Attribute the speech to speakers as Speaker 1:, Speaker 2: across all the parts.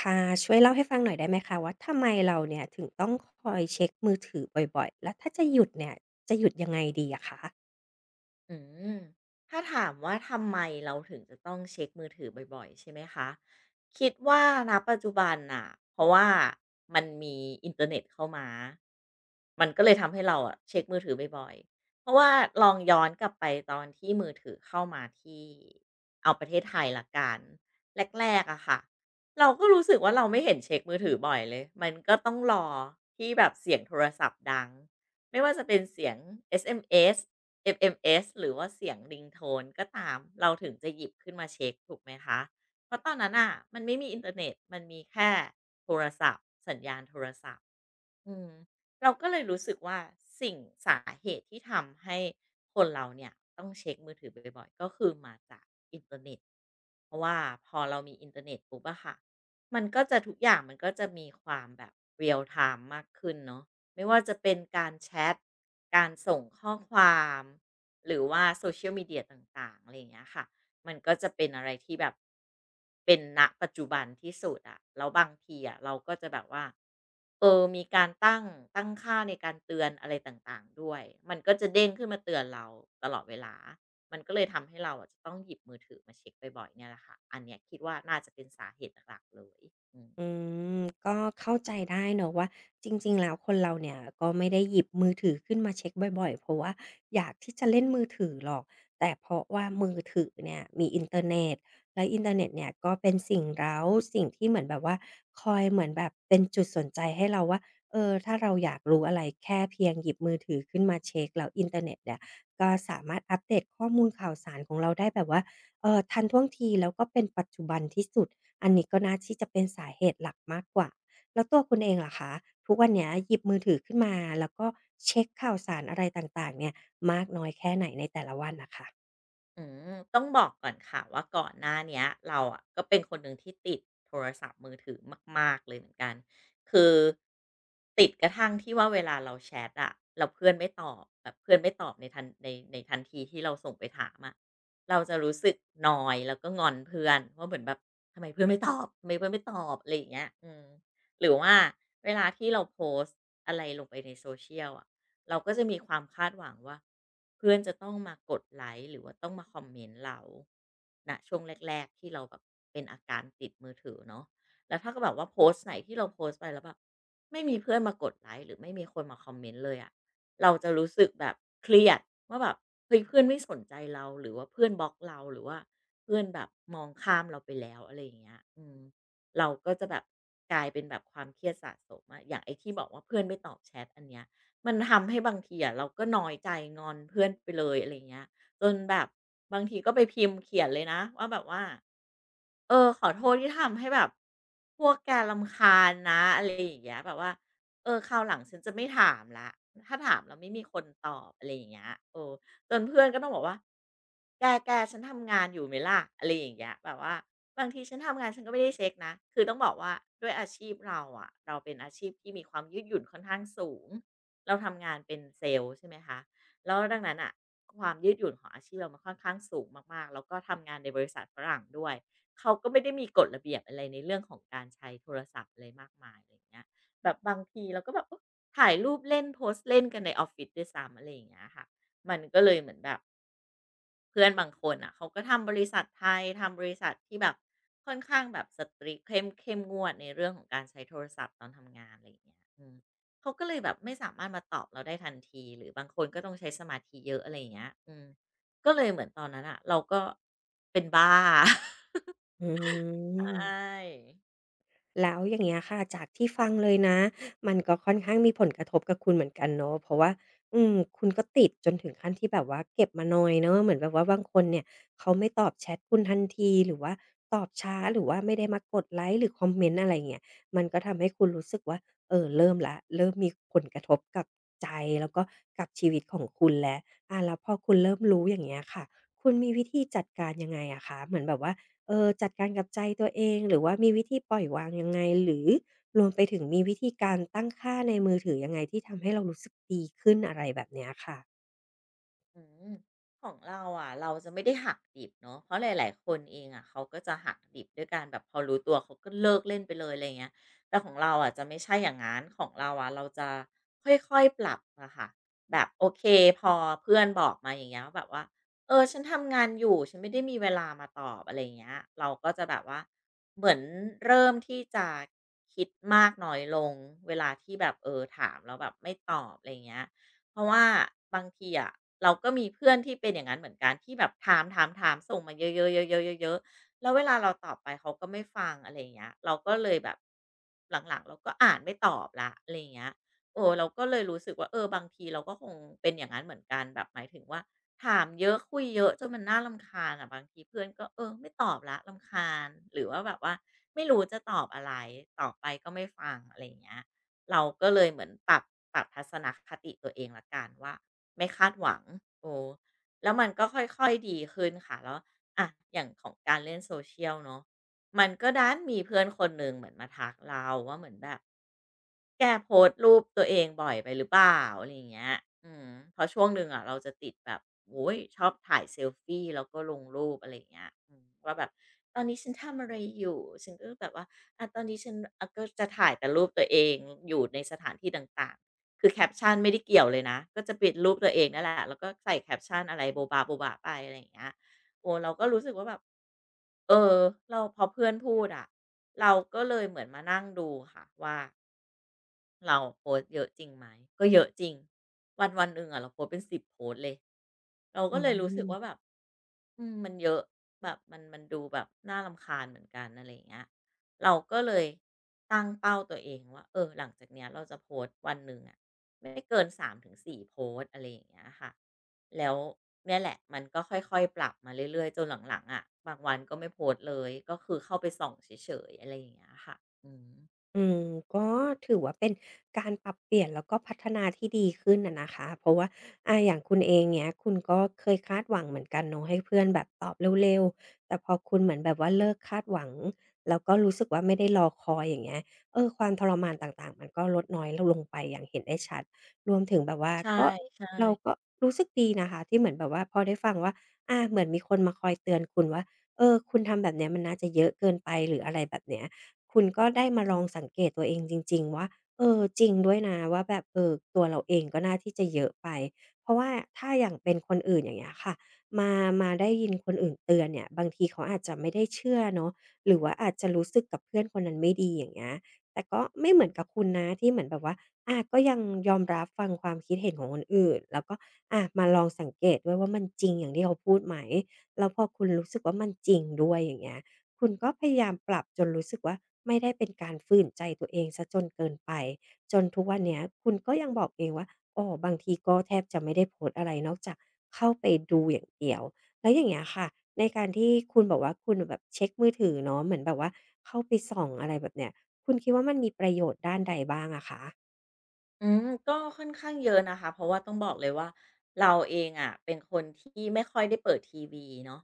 Speaker 1: ค่ะช่วยเล่าให้ฟังหน่อยได้ไหมคะว่าทำไมเราเนี่ยถึงต้องคอยเช็คมือถือบ่อยๆแล้วถ้าจะหยุดเนี่ยจะหยุดยังไงดีอะคะ
Speaker 2: อืมถ้าถามว่าทำไมเราถึงจะต้องเช็คมือถือบ่อยๆใช่ไหมคะคิดว่าณปัจจุบันน่ะเพราะว่ามันมีอินเทอร์เน็ตเข้ามามันก็เลยทำให้เราอะเช็คมือถือบ่อยๆเพราะว่าลองย้อนกลับไปตอนที่มือถือเข้ามาที่เอาประเทศไทยละกันแรกๆอะค่ะเราก็รู้สึกว่าเราไม่เห็นเช็คมือถือบ่อยเลยมันก็ต้องรอที่แบบเสียงโทรศัพท์ดังไม่ว่าจะเป็นเสียงเอสเอ็มเอส FMS หรือว่าเสียงริงโทนก็ตามเราถึงจะหยิบขึ้นมาเช็กถูกไหมคะ เพราะตอนนั้นน่ะ มันไม่มีอินเทอร์เน็ต มันมีแค่โทรศัพท์สัญญาณโทรศัพท์อืมเราก็เลยรู้สึกว่าสิ่งสาเหตุที่ทำให้คนเราเนี่ยต้องเช็กมือถือบ่อยๆ ก็คือมาจากอินเทอร์เน็ต เพราะว่าพอเรามีอินเทอร์เน็ตปุ๊บอะค่ะ มันก็จะทุกอย่างมันก็จะมีความแบบ real time มากขึ้นเนาะ ไม่ว่าจะเป็นการแชทการส่งข้อความ หรือว่าโซเชียลม Media ต่างๆอะไรอย่างเงี้ยค่ะมันก็จะเป็นอะไรที่แบบเป็นณปัจจุบันที่สุดอะแล้วบางทีอะเราก็จะแบบว่าเออมีการตั้งค่าในการเตือนอะไรต่างๆ ด้วย มันก็จะเด้งขึ้นมาเตือนเราตลอดเวลา มันก็เลยทำให้เราอะจะต้องหยิบมือถือมาเช็คบ่อยๆเนี่ยแหละค่ะอันเนี้ยคิดว่าน่าจะเป็นสาเหตุหลักๆเลยอืม
Speaker 1: อืมก็เข้าใจได้เนอะว่าจริงๆแล้วคนเราเนี่ยก็ไม่ได้หยิบมือถือขึ้นมาเช็กบ่อยๆเพราะว่าอยากที่จะเล่นมือถือหรอกแต่เพราะว่ามือถือเนี่ยมีอินเทอร์เน็ตแล้วอินเทอร์เน็ตเนี่ยก็เป็นสิ่งเร้าสิ่งที่เหมือนแบบว่าคอยเหมือนแบบเป็นจุดสนใจให้เราว่าเออถ้าเราอยากรู้อะไรแค่เพียงหยิบมือถือขึ้นมาเช็กแล้วอินเทอร์เน็ตเนี่ยก็สามารถอัปเดตข้อมูลข่าวสารของเราได้แบบว่าทันท่วงทีแล้วก็เป็นปัจจุบันที่สุด อันนี้ก็น่าที่จะเป็นสาเหตุหลักมากกว่าแล้วตัวคุณเองล่ะคะทุกวันเนี้ยหยิบมือถือขึ้นมาแล้วก็เช็กข่าวสารอะไรต่างๆเนี่ยมากน้อยแค่ไหนในแต่ละวันน่ะค่ะ
Speaker 2: อืต้องบอกก่อนค่ะว่าก่อนหน้าเนี้ยเราอะก็เป็นคนหนึ่งที่ติดโทรศัพท์มือถือมากๆเลยเหมือนกันคือติดกระทั่งที่ว่าเวลาเราแชทอะเราเพื่อนไม่ตอบแบบเพื่อนไม่ตอบในทันทีที่เราส่งไปถามอะเราจะรู้สึกนอยแล้วก็งอนเพื่อนว่าเหมือนแบบทำไมเพื่อนไม่ตอบทำไมเพื่อนไม่ตอบอะไรอย่างเงี้ยหรือว่าเวลาที่เราโพสต์อะไรลงไปใน social อะ เราก็จะมีความคาดหวังว่าเพื่อนจะต้องมากดไลค์หรือว่าต้องมาคอมเมนต์เราณช่วงแรกๆที่เราแบบเป็นอาการติดมือถือเนาะแล้วถ้าก็แบบว่าโพสต์ไหนที่เราโพสต์ไปแล้วแบบไม่มีเพื่อนมากดไลค์หรือไม่มีคนมาคอมเมนต์เลยอะเราจะรู้สึกแบบเครียดว่าแบบเฮ้ยเพื่อนไม่สนใจเราหรือว่าเพื่อนบล็อกเราหรือว่าเพื่อนแบบมองข้ามเราไปแล้วอะไรอย่างเงี้ยเราก็จะแบบกลายเป็นแบบความเครียดสะสมอะอย่างไอที่บอกว่าเพื่อนไม่ตอบแชทอันเนี้ย มันทำให้บางทีอะเราก็น้อยใจงอนเพื่อนไปเลยอะไรเงี้ยจนแบบบางทีก็ไปพิมพ์เขียนเลยนะว่าแบบว่า เออขอโทษที่ทำให้แบบพวกแกรำคาญนะอะไรอย่างเงี้ยแบบว่าเออคราวหลังฉันจะไม่ถามแล้วถ้าถามแล้วไม่มีคนตอบอะไรอย่างเงี้ยเออจนเพื่อนก็ต้องบอกว่าแกฉันทำงานอยู่ไหมล่ะอะไรอย่างเงี้ยแบบว่าบางทีฉันทำงานฉันก็ไม่ได้เช็คนะคือต้องบอกว่าด้วยอาชีพเราอะเราเป็นอาชีพที่มีความยืดหยุ่นค่อนข้างสูงเราทำงานเป็นเซลส์ใช่ไหมคะแล้วดังนั้นน่ะความยืดหยุ่นของอาชีพเรามันค่อนข้างสูงมากๆแล้วก็ทำงานในบริษัทฝรั่งด้วย เขาก็ไม่ได้มีกฎระเบียบอะไรในเรื่องของการใช้โทรศัพท์อะไรมากมายอะไรอย่างเงี้ยแบบบางทีเราก็แบบเออถ่ายรูปเล่นโพสต์เล่นกันในออฟฟิศด้วยซ้ำอะไรอย่างเงี้ยค่ะมันก็เลยเหมือนแบบเพื่อนบางคนอ่ะเขาก็ทำบริษัทไทยทำบริษัทที่แบบค่อนข้างแบบ s ตรีเข้มงวดในเรื่องของการใช้โทรศัพท์ตอนทำงานอะไรอย่างเงี้ยเขาก็เลยแบบไม่สามารถมาตอบเราได้ทันทีหรือบางคนก็ต้องใช้สมาธิเยอะอะไรอย่างเงี้ยอืมก็เลยเหมือนตอนนั้นอ่ะเราก็เป็นบ้า
Speaker 1: อื
Speaker 2: ใช่
Speaker 1: ม แล้วอย่างเงี้ยค่ะจากที่ฟังเลยนะมันก็ค่อนข้างมีผลกระทบกับคุณเหมือนกันเนาะเพราะว่าอืมคุณก็ติดจนถึงขั้นที่แบบว่าเก็บมานอยเนาะเหมือนแบบว่าบางคนเนี่ยเขาไม่ตอบแชทคุณทันทีหรือว่าตอบช้าหรือว่าไม่ได้มากดไลก์หรือคอมเมนต์อะไรอย่างเงี้ยมันก็ทำให้คุณรู้สึกว่าเออเริ่มแล้วเริ่มมีผลกระทบกับใจแล้วก็กับชีวิตของคุณแล้วอาแล้วพอคุณเริ่มรู้อย่างเงี้ยค่ะคุณมีวิธีจัดการยังไงอะคะเหมือนแบบว่า เออจัดการกับใจตัวเองหรือว่ามีวิธีปล่อยวางยังไงหรือรวมไปถึงมีวิธีการตั้งค่าในมือถือยังไงที่ทำให้เรารู้สึกดีขึ้นอะไรแบบเนี้ยค่ะ
Speaker 2: อืมของเราอ่ะเราจะไม่ได้หักดิบเนาะเพราะหลายๆคนเองอะเขาก็จะหักดิบด้วยการแบบพอรู้ตัวเขาก็เลิกเล่นไปเลยอะไรเงี้ยแต่ของเราอ่ะจะไม่ใช่อย่างนั้นของเราอ่ะเราจะค่อยๆปรับอะค่ะแบบโอเคพอเพื่อนบอกมาอย่างเงี้ยว่าแบบว่าเออฉันทำงานอยู่ฉันไม่ได้มีเวลามาตอบอะไรเงี้ยเราก็จะแบบว่าเหมือนเริ่มที่จะคิดมากน้อยลงเวลาที่แบบเออถามแล้วแบบไม่ตอบอะไรเงี้ย เพราะว่าบางทีอะเราก็มีเพื่อนที่เป็นอย่างนั้นเหมือนกันที่แบบถามๆๆส่งมาเยอะๆๆๆเยอะๆแล้วเวลาเราตอบไปเขาก็ไม่ฟังอะไรอย่างเงี้ยเราก็เลยแบบหลังๆเราก็อ่านไม่ตอบละอะไรอย่างเงี้ยโอ้เราก็เลยรู้สึกว่าเออบางทีเราก็คงเป็นอย่างนั้นเหมือนกันแบบหมายถึงว่าถามเยอะคุยเยอะจนมันน่าลำคาญอะบางทีเพื่อนก็เออไม่ตอบละวำคาญหรือว่าแบบว่าไม่รู้จะตอบอะไรตอบไปก็ไม่ฟังอะไรอย่างเงี้ย เราก็เลยเหมือนปรับทัศนคติตัวเองละกันว่าไม่คาดหวังโอ้แล้วมันก็ค่อยๆดีขึ้นค่ะแล้วอ่ะอย่างของการเล่นโซเชียลเนาะมันก็ดันมีเพื่อนคนหนึ่งเหมือนมาทักเราว่าเหมือนแบบ แกโพสต์รูปตัวเองบ่อยไปหรือเปล่าอะไรอย่างเงี้ยอืมเพราะช่วงหนึ่งอะเราจะติดแบบโอ้ยชอบถ่ายเซลฟีแล้วก็ลงรูปอะไรอย่างเงี้ยอืมว่าแบบตอนนี้ฉันทำอะไรอยู่ฉันก็แบบว่าตอนนี้ฉันก็จะถ่ายแต่รูปตัวเองอยู่ในสถานที่ต่างๆคือแคปชันไม่ได้เกี่ยวเลยนะก็จะเป็นรูปตัวเองนั่นแหละ แล้วก็ใส่แคปชันอะไรโบ๊ะบ๊ะโบ๊ะบ๊ะไปอะไรอย่างเงี้ยโอ้เราก็รู้สึกว่าแบบเออเราพอเพื่อนพูดอะเราก็เลยเหมือนมานั่งดูค่ะว่า เราโพสต์เยอะจริงไหมก็เยอะจริงวันวันหนึ่งอะเราโพสต์เป็น10 โพสต์เลยเรา
Speaker 1: อื
Speaker 2: ก็เลยรู้สึกว่า
Speaker 1: ม
Speaker 2: แบบอืมมันเยอะแบบมันดูแบบน่ารำคาญเหมือนกันอะไรอย่างเงี้ยเราก็เลยตั้งเป้าตัวเองว่าเออหลังจากเนี้ยเราจะโพสต์วันหนึ่งอะไม่เกิน3-4 โพสต์อะไรอย่างเงี้ยค่ะแล้วเนี่ยแหละมันก็ค่อยๆปรับมาเรื่อยๆจนหลังๆอะบางวันก็ไม่โพสต์เลยก็คือเข้าไปส่องเฉยๆอะไรอย่างเงี้ยค่ะอืม
Speaker 1: อืมก็ถือว่าเป็นการปรับเปลี่ยนแล้วก็พัฒนาที่ดีขึ้นน่ะนะคะเพราะว่าอาอย่างคุณเองเนี้ยคุณก็เคยคาดหวังเหมือนกันเนาะให้เพื่อนแบบตอบเร็วๆแต่พอคุณเหมือนแบบว่าเลิกคาดหวังแล้วก็รู้สึกว่าไม่ได้รอคอยอย่างเงี้ยเออความทรมานต่างๆมันก็ลดน้อยลงไปอย่างเห็นได้ชัดรวมถึงแบบว่า
Speaker 2: ใช่
Speaker 1: ก็
Speaker 2: ใช่
Speaker 1: เราก็รู้สึกดีนะคะที่เหมือนแบบว่าพอได้ฟังว่าอาเหมือนมีคนมาคอยเตือนคุณว่าเออคุณทำแบบเนี้ยมันน่าจะเยอะเกินไปหรืออะไรแบบเนี้ย คุณก็ได้มาลองสังเกตตัวเองจริงๆว่าเออจริงด้วยนะว่าแบบเออตัวเราเองก็น่าที่จะเยอะไปเพราะว่าถ้าอย่างเป็นคนอื่นอย่างเงี้ยค่ะมามาได้ยินคนอื่นเตือนเนี่ยบางทีเขาอาจจะไม่ได้เชื่อเนาะหรือว่าอาจจะรู้สึกกับเพื่อนคนนั้นไม่ดีอย่างเงี้ยแต่ก็ไม่เหมือนกับคุณนะที่เหมือนแบบว่าอาก็ยังยอมรับฟังความคิดเห็นของคนอื่นแล้วก็อามาลองสังเกตด้วยว่ามันจริงอย่างที่เขาพูดไหมแล้วพอคุณรู้สึกว่ามันจริงด้วยอย่างเงี้ย คุณก็พยายามปรับจนรู้สึกว่าไม่ได้เป็นการฝืนใจตัวเองซะจนเกินไปจนทุกวันเนี้ยคุณก็ยังบอกเองว่าอ๋อบางทีก็แทบจะไม่ได้โพสต์อะไรนอกจากเข้าไปดูอย่างเดียวแล้วอย่างเงี้ยค่ะในการที่คุณบอกว่าคุณแบบเช็กมือถือเนาะเหมือนแบบว่าเข้าไปส่องอะไรแบบเนี้ยคุณคิดว่ามันมีประโยชน์ด้านใดบ้างอะคะ
Speaker 2: อืมก็ค่อนข้างเยอะนะคะเพราะว่าต้องบอกเลยว่าเราเองอ่ะเป็นคนที่ไม่ค่อยได้เปิดทีวีเนาะ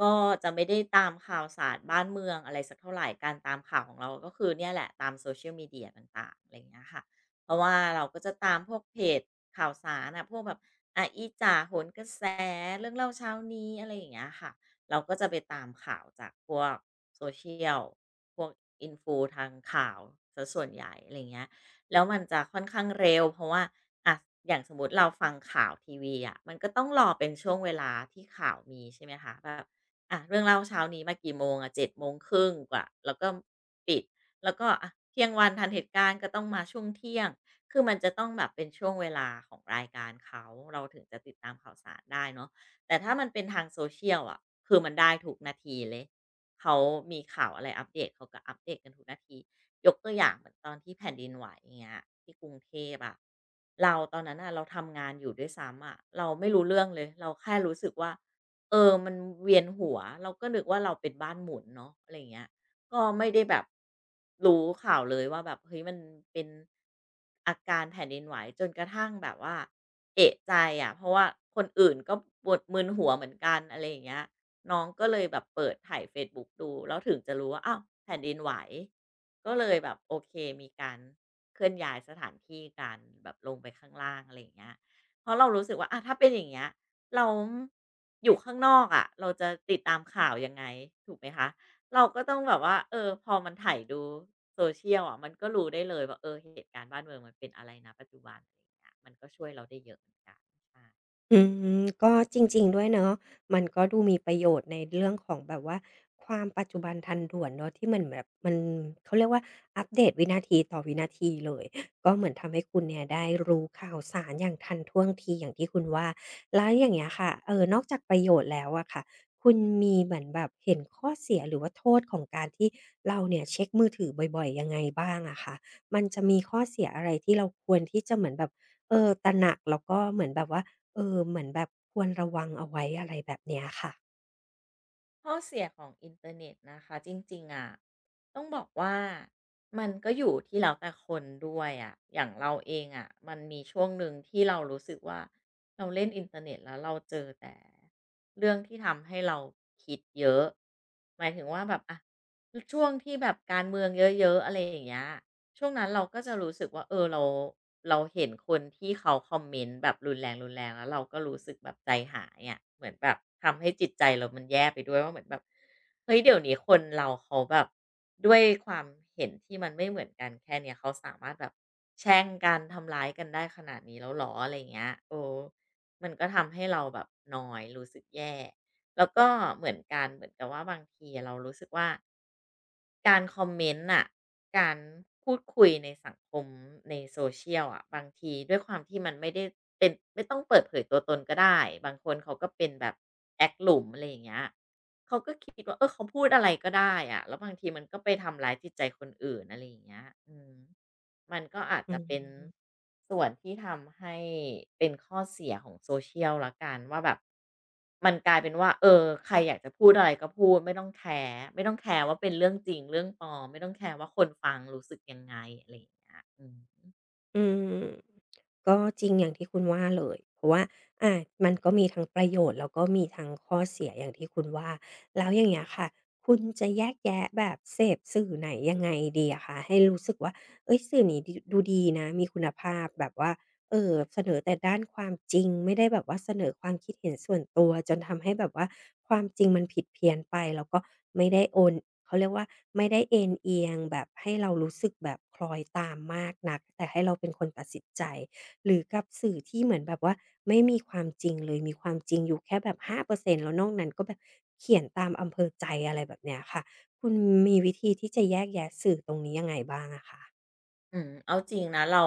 Speaker 2: ก็จะไม่ได้ตามข่าวสารบ้านเมืองอะไรสักเท่าไหรการตามข่าวของเราก็คือเนี่ยแหละตามโซเชียลมีเดียต่างๆอะไรอย่างเงี้ยค่ะเพราะว่าเราก็จะตามพวกเพจข่าวสารอะพวกแบบอีจ่าโหนกระแสเรื่องเล่าเช้านี้อะไรอย่างเงี้ยค่ะเราก็จะไปตามข่าวจากพวกโซเชียลพวก INF ฟูทางข่าวซะส่วนใหญ่อะไรอย่างเงี้ย แล้วมันจะค่อนข้างเร็วเพราะว่าอ่ะอย่างสมมุติเราฟังข่าวทีวีอ่ะมันก็ต้องรอเป็นช่วงเวลาที่ข่าวมีใช่ไหมคะแบบอ่ะเรื่องเล่าเช้านี้มากี่โมงอะ7:30กว่าแล้วก็ปิดแล้วก็อะเที่ยงวันทันเหตุการณ์ก็ต้องมาช่วงเที่ยงคือมันจะต้องแบบเป็นช่วงเวลาของรายการเขาเราถึงจะติดตามข่าวสารได้เนาะแต่ถ้ามันเป็นทางโซเชียลอะคือมันได้ทุกนาทีเลยเขามีข่าวอะไรอัปเดตเขาก็อัปเดตกันทุกนาที ยกตัวอย่างเหมือนตอนที่แผ่นดินไหวอย่างเงี้ยที่กรุงเทพอะเราตอนนั้นอะเราทำงานอยู่ด้วยซ้ำอะเราไม่รู้เรื่องเลยเราแค่รู้สึกว่าเออมันเวียนหัวเราก็นึกว่าเราเป็นบ้านหมุนเนาะอะไรอย่างเงี้ยก็ไม่ได้แบบรู้ข่าวเลยว่าแบบเฮ้ยมันเป็นอาการแผ่นดินไหวจนกระทั่งแบบว่าเอะใจอะเพราะว่าคนอื่นก็ปวดมึนหัวเหมือนกันอะไรอย่างเงี้ย น้องก็เลยแบบเปิดถ่ายเฟซบุ๊กดูแล้วถึงจะรู้ว่าอ้าวแผ่นดินไหวก็เลยแบบโอเคมีการเคลื่อนย้ายสถานที่กันแบบลงไปข้างล่างอะไรอย่างเงี้ยเพราะเรารู้สึกว่าอะถ้าเป็นอย่างเงี้ยเราอยู่ข้างนอกอะเราจะติดตามข่าวยังไงถูกไหมคะเราก็ต้องแบบว่าเออพอมันไถดู social อะมันก็รู้ได้เลยว่าเออเหตุการณ์บ้านเมืองมันเป็นอะไรณปัจจุบันอะไรอย่างเงี้ยมันก็ช่วยเราได้เยอะเหมือนกันใช่
Speaker 1: อืมก็จริงๆด้วยเนาะมันก็ดูมีประโยชน์ในเรื่องของแบบว่าความปัจจุบันทันด่วนเนาะที่มันแบบมันเขาเรียกว่าอัปเดตวินาทีต่อวินาทีเลยก็เหมือนทำให้คุณเนี่ยได้รู้ข่าวสารอย่างทันท่วงทีอย่างที่คุณว่าแล้วอย่างเงี้ยค่ะนอกจากประโยชน์แล้วอะค่ะคุณมีเหมือนแบบเห็นข้อเสียหรือว่าโทษของการที่เราเนี่ยเช็กมือถือบ่อยๆยังไงบ้างอะคะมันจะมีข้อเสียอะไรที่เราควรที่จะเหมือนแบบเออตระหนักแล้วก็เหมือนแบบว่า เหมือนแบบควรระวังเอาไว้อะไรแบบเนี้ยค่ะ
Speaker 2: ข้อเสียของอินเทอร์เน็ตนะคะจริงๆอ่ะต้องบอกว่ามันก็อยู่ที่เราแต่คนด้วยอะอย่างเราเองอะมันมีช่วงหนึ่งที่เรารู้สึกว่าเราเล่นอินเทอร์เน็ตแล้วเราเจอแต่เรื่องที่ทำให้เราคิดเยอะหมายถึงว่าแบบอ่ะช่วงที่แบบการเมืองเยอะๆอะไรอย่างเงี้ย ช่วงนั้นเราก็จะรู้สึกว่าเออเราเห็นคนที่เขาคอมเมนต์แบบรุนแรงๆแล้วเราก็รู้สึกแบบใจหายอะเหมือนแบบทำให้จิตใจเรามันแย่ไปด้วยว่าเหมือนแบบเฮ้ยเดี๋ยวนี้คนเราเขาแบบด้วยความเห็นที่มันไม่เหมือนกันแค่เนี้ยเขาสามารถแบบแช่งกันทำร้ายกันได้ขนาดนี้แล้วเหรออะไรอย่างเงี้ยเออมันก็ทำให้เราแบบนอยรู้สึกแย่แล้วก็เหมือนกันเหมือนกับว่าบางทีอะเรารู้สึกว่า การคอมเมนต์น่ะ การพูดคุยในสังคมใน social อะบางทีด้วยความที่มันไม่ได้เป็นไม่ต้องเปิดเผยตัวตนก็ได้บางคนเขาก็เป็นแบบแอ๊กหลุมอะไรอย่างเงี้ยเขาก็คิดว่าเออเขาพูดอะไรก็ได้อะแล้วบางทีมันก็ไปทำร้ายจิตใจคนอื่นอะไรอย่างเงี้ยอืม มันก็อาจ
Speaker 1: อื
Speaker 2: จะเป็น
Speaker 1: ม
Speaker 2: ส่วนที่ทำให้เป็นข้อเสียของ Social แล้วกันว่าแบบมันกลายเป็นว่าเออใครอยากจะพูดอะไรก็พูดไม่ต้องแคร์ว่าเป็นเรื่องจริงเรื่องปลอมไม่ต้องแคร์ว่าคนฟังรู้สึกยังไงอะไรอย่างเงี้ยอืม
Speaker 1: อืมก็จริงอย่างที่คุณว่าเลยเพราะว่าอามันก็มีทั้งประโยชน์แล้วก็มีทั้งข้อเสียอย่างที่คุณว่าแล้วอย่างเงี้ยค่ะคุณจะแยกแยะแบบเสพสื่อไหนยังไงดีอะคะให้รู้สึกว่าเฮ้ยสื่อนี้ดีดูดีนะมีคุณภาพแบบว่า เสนอแต่ด้านความจริงไม่ได้แบบว่าเสนอความคิดเห็นส่วนตัวจนทำให้แบบว่าความจริงมันผิดเพี้ยนไปแล้วก็ไม่ได้โอนเขาเรียกว่าไม่ได้เอนเอียงแบบให้เรารู้สึกแบบคล้อยตามมากนักแต่ให้เราเป็นคนตัดสินใจหรือกับสื่อที่เหมือนแบบว่าไม่มีความจริงเลยมีความจริงอยู่แค่แบบ5%แล้วนอกนั้นก็แบบเขียนตามอำเภอใจอะไรแบบเนี้ยค่ะคุณมีวิธีที่จะแยกแยะสื่อตรงนี้ยังไงบ้างอะคะ
Speaker 2: อืมเอาจริงนะเรา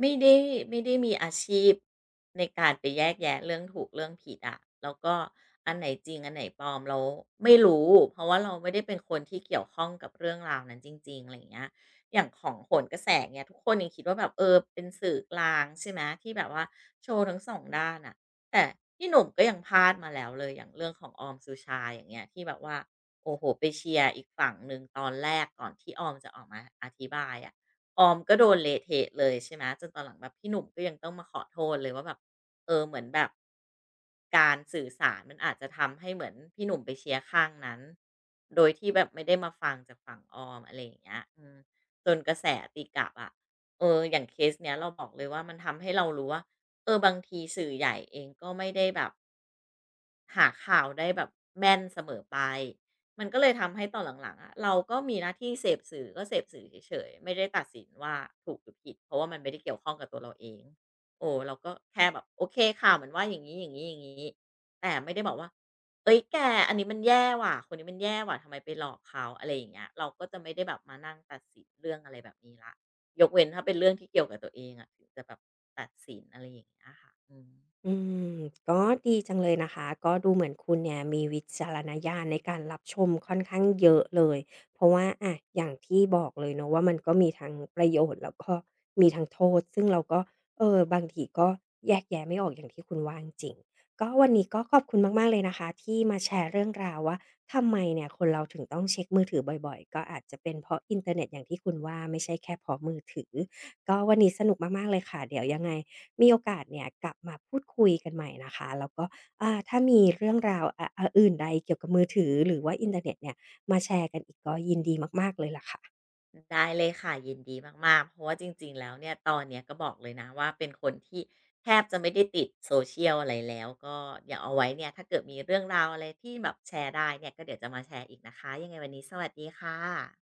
Speaker 2: ไม่ได้ไม่ได้มีอาชีพในการไปแยกแยะเรื่องถูกเรื่องผิดอะแล้วก็อันไหนจริงอันไหนปลอมเราไม่รู้เพราะว่าเราไม่ได้เป็นคนที่เกี่ยวข้องกับเรื่องราวนั้นจริงๆอะไรอย่างเงี้ยอย่างของโหนกระแสเงี่ยทุกคนยังคิดว่าแบบเออเป็นสื่อกลางใช่ไหมที่แบบว่าโชว์ทั้งสองด้านอ่ะแต่พี่หนุ่มก็ยังพลาดมาแล้วเลยอย่างเรื่องของออมสุชาอย่างเงี้ยที่แบบว่าโอ้โหไปเชียร์อีกฝั่งหนึ่งตอนแรกก่อนที่ออมจะออกมาอธิบายอะ ออมก็โดนเละเทะเลยใช่ไหมจนตอนหลังแบบพี่หนุ่มก็ยังต้องมาขอโทษเลยว่าแบบเออเหมือนแบบการสื่อสารมันอาจจะทำให้เหมือนพี่หนุ่มไปเชียร์ข้างนั้นโดยที่แบบไม่ได้มาฟังจากฝั่งออมอะไรอย่างเงี้ยอืมจนกระแสตีกลับอ่ะเอออย่างเคสเนี้ยเราบอกเลยว่ามันทำให้เรารู้ว่าเออบางทีสื่อใหญ่เองก็ไม่ได้แบบ หาข่าวได้แบบแม่นเสมอไป มันก็เลยทำให้ตอนหลังๆอะเราก็มีหน้าที่เสพสื่อก็เสพสื่อเฉยๆไม่ได้ตัดสินว่าถูกหรือผิดเพราะว่ามันไม่ได้เกี่ยวข้องกับตัวเราเองโอ้เราก็แค่แบบโอเคข่าวมันว่าอย่างนี้อย่างนี้ๆๆแต่ไม่ได้บอกว่าเอ้ยแกอันนี้มันแย่ว่ะคนนี้มันแย่ว่ะทำไมไปหลอกเขาอะไรอย่างเงี้ยเราก็จะไม่ได้แบบมานั่งตัดสินเรื่องอะไรแบบนี้ละยกเว้นถ้าเป็นเรื่องที่เกี่ยวกับตัวเองอะถึงจะแบบตัดสินอะไรอย่างเงี้ยค่ะอืม
Speaker 1: อืมก็ดีจังเลยนะคะก็ดูเหมือนคุณเนี่ยมีวิจารณญาณในการรับชมค่อนข้างเยอะเลยเพราะว่าอะอย่างที่บอกเลยเนาะว่ามันก็มีทั้งประโยชน์แล้วก็มีทั้งโทษซึ่งเราก็บางทีก็แยกแยะไม่ออกอย่างที่คุณว่าจริงๆก็วันนี้ก็ขอบคุณมากๆเลยนะคะที่มาแชร์เรื่องราวว่าทำไมเนี่ยคนเราถึงต้องเช็กมือถือบ่อยๆก็อาจจะเป็นเพราะอินเทอร์เน็ตอย่างที่คุณว่าไม่ใช่แค่เพราะมือถือก็วันนี้สนุกมากๆเลยค่ะเดี๋ยวยังไง มีโอกาสเนี่ยกลับมาพูดคุยกันใหม่นะคะแล้วก็ถ้ามีเรื่องราวอ่ะอะอื่นใดเกี่ยวกับมือถือหรือว่าอินเทอร์เน็ตเนี่ยมาแชร์กันอีกก็ยินดีมากๆเลยล่ะค่ะ
Speaker 2: ได้เลยค่ะยินดีมากๆเพราะว่าจริงๆแล้วเนี่ยตอนเนี้ยก็บอกเลยนะว่าเป็นคนที่แทบจะไม่ได้ติด social อะไรแล้วก็เดี๋ยวเอาไว้เนี่ยถ้าเกิดมีเรื่องราวอะไรที่แบบแชร์ได้เนี่ยก็เดี๋ยวจะมาแชร์อีกนะคะยังไงวันนี้สวัสดีค่ะ